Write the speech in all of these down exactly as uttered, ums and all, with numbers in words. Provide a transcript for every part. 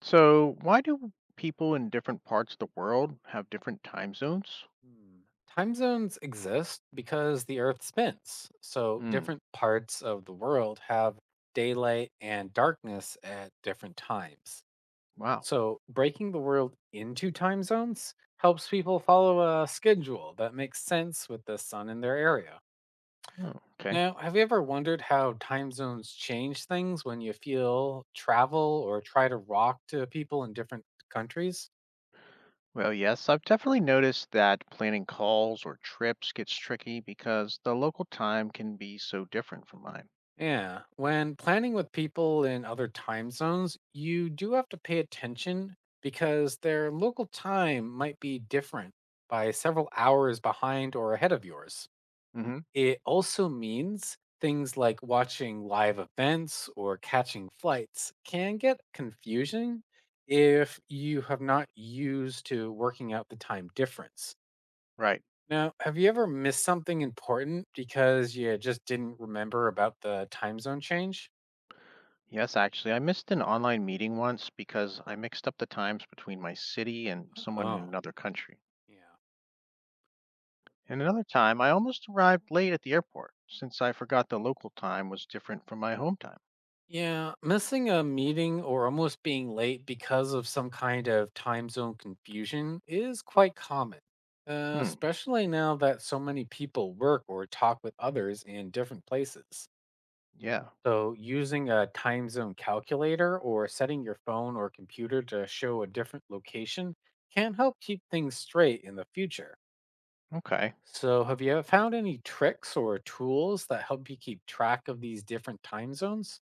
So, why do people in different parts of the world have different time zones? Hmm. Time zones exist because the Earth spins, so Hmm. different parts of the world have daylight and darkness at different times. Wow. So, breaking the world into time zones helps people follow a schedule that makes sense with the sun in their area. Oh, okay. Now, have you ever wondered how time zones change things when you feel, travel, or try to rock to people in different countries? Well, yes, I've definitely noticed that planning calls or trips gets tricky because the local time can be so different from mine. Yeah, when planning with people in other time zones, you do have to pay attention because their local time might be different by several hours behind or ahead of yours. Hmm. It also means things like watching live events or catching flights can get confusing if you have not used to working out the time difference. Right. Now, have you ever missed something important because you just didn't remember about the time zone change? Yes, actually, I missed an online meeting once because I mixed up the times between my city and someone in Oh, another country. yeah. And another time, I almost arrived late at the airport since I forgot the local time was different from my home time. Yeah, missing a meeting or almost being late because of some kind of time zone confusion is quite common, uh, Hmm. especially now that so many people work or talk with others in different places. Yeah. So, using a time zone calculator or setting your phone or computer to show a different location can help keep things straight in the future. Okay. So, have you found any tricks or tools that help you keep track of these different time zones?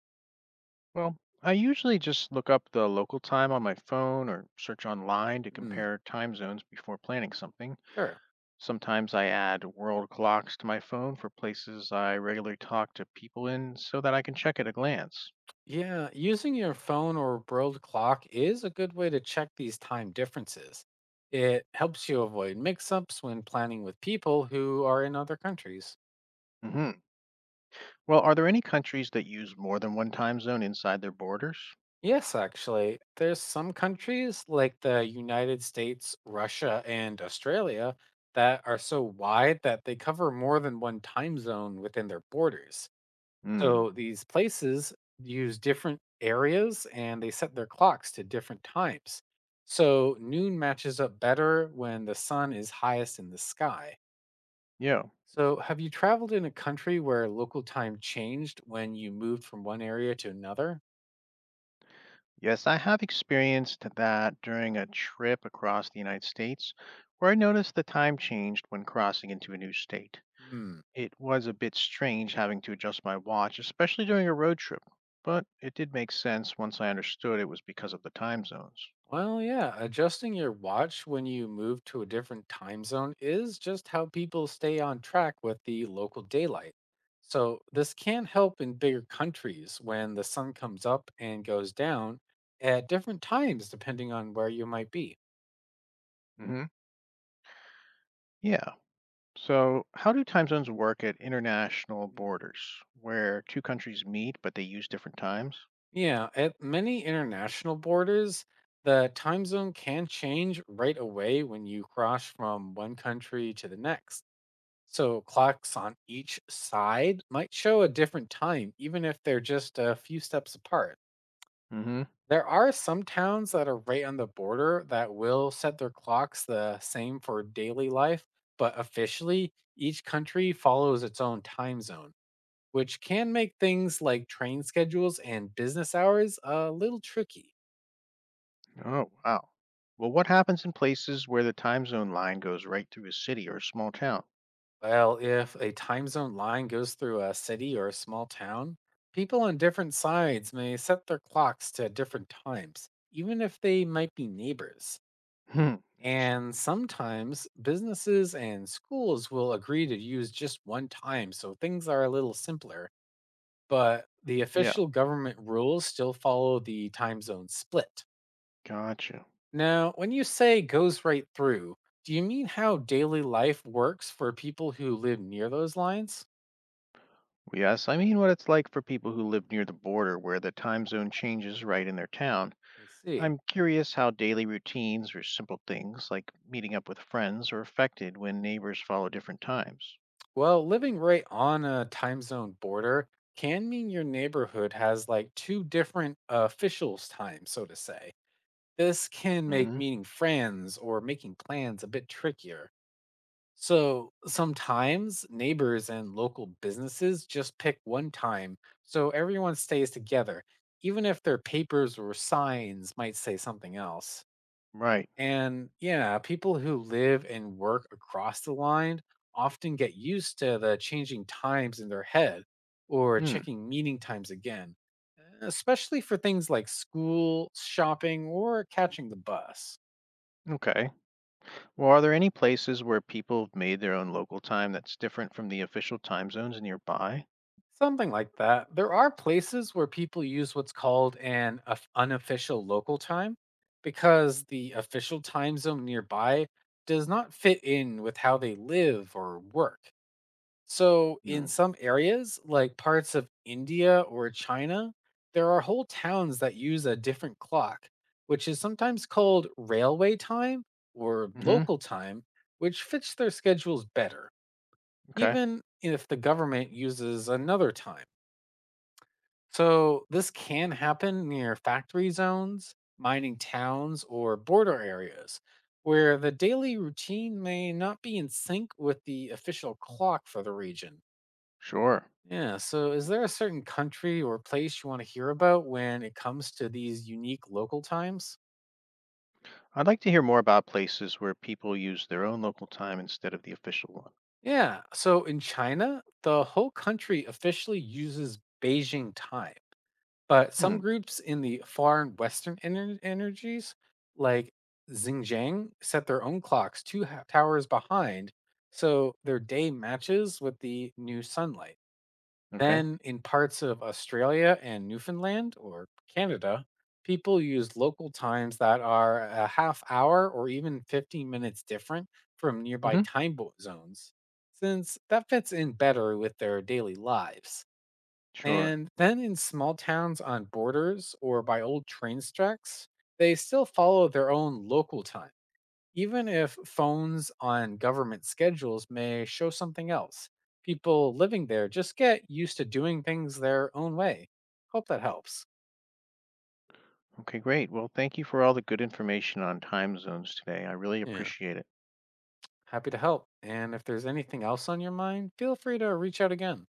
Well, I usually just look up the local time on my phone or search online to Hmm. compare time zones before planning something. Sure. Sometimes I add world clocks to my phone for places I regularly talk to people in so that I can check at a glance. Yeah, using your phone or world clock is a good way to check these time differences. It helps you avoid mix ups when planning with people who are in other countries. Hmm. Well, are there any countries that use more than one time zone inside their borders? Yes, actually, there's some countries like the United States, Russia, and Australia that are so wide that they cover more than one time zone within their borders. Hmm. So these places use different areas and they set their clocks to different times. So noon matches up better when the sun is highest in the sky. Yeah. So, have you traveled in a country where local time changed when you moved from one area to another? Yes, I have experienced that during a trip across the United States where I noticed the time changed when crossing into a new state. Hmm. It was a bit strange having to adjust my watch, especially during a road trip, but it did make sense once I understood it was because of the time zones. Well, yeah, adjusting your watch when you move to a different time zone is just how people stay on track with the local daylight. So, this can help in bigger countries when the sun comes up and goes down at different times, depending on where you might be. Hmm. Yeah. So, how do time zones work at international Hmm. borders where two countries meet but they use different times? Yeah, at many international borders, the time zone can change right away when you cross from one country to the next. So clocks on each side might show a different time, even if they're just a few steps apart. Hmm. There are some towns that are right on the border that will set their clocks the same for daily life, but officially, each country follows its own time zone, which can make things like train schedules and business hours a little tricky. Oh, wow. Well, what happens in places where the time zone line goes right through a city or a small town? Well, if a time zone line goes through a city or a small town, people on different sides may set their clocks to different times, even if they might be neighbors. Hmm, interesting. And sometimes businesses and schools will agree to use just one time, so things are a little simpler. But the Yeah, official government rules still follow the time zone split. gotcha. Now, when you say goes right through, do you mean how daily life works for people who live near those lines? Well, yes, I mean what it's like for people who live near the border where the time zone changes right in their town. I see. I'm curious how daily routines or simple things like meeting up with friends are affected when neighbors follow different times. Well, living right on a time zone border can mean your neighborhood has like two different officials' time, so to say. This can make Hmm. meeting friends or making plans a bit trickier. So sometimes neighbors and local businesses just pick one time so everyone stays together, even if their papers or signs might say something else. Right. And yeah, people who live and work across the line often get used to the changing times in their head or Hmm. checking meeting times again, especially for things like school, shopping, or catching the bus. Okay. Well, are there any places where people have made their own local time that's different from the official time zones nearby? Something like that. There are places where people use what's called an of- unofficial local time because the official time zone nearby does not fit in with how they live or work. So, in Hmm. some areas, like parts of India or China, there are whole towns that use a different clock, which is sometimes called railway time or Hmm. local time, which fits their schedules better, Okay. even if the government uses another time. So, this can happen near factory zones, mining towns, or border areas where the daily routine may not be in sync with the official clock for the region. Sure. Yeah. So, is there a certain country or place you want to hear about when it comes to these unique local times? I'd like to hear more about places where people use their own local time instead of the official Yeah. So, in China, the whole country officially uses Beijing time, but some one. groups in the far and western ener- energies, like Xinjiang, set their own clocks two ha- towers behind, so their day matches with the new sunlight. Hmm. Okay. Then, in parts of Australia and Newfoundland or Canada, people use local times that are a half hour or even fifteen minutes different from nearby Hmm. time bo- zones, since that fits in better with their daily lives. Sure. And then in small towns on borders or by old train tracks, they still follow their own local time even if phones on government schedules may show something else. People living there just get used to doing things their own way. Hope that helps. Okay, great. Well, thank you for all the good information on time zones today. I really Yeah. appreciate it. Happy to help. And if there's anything else on your mind, feel free to reach out again.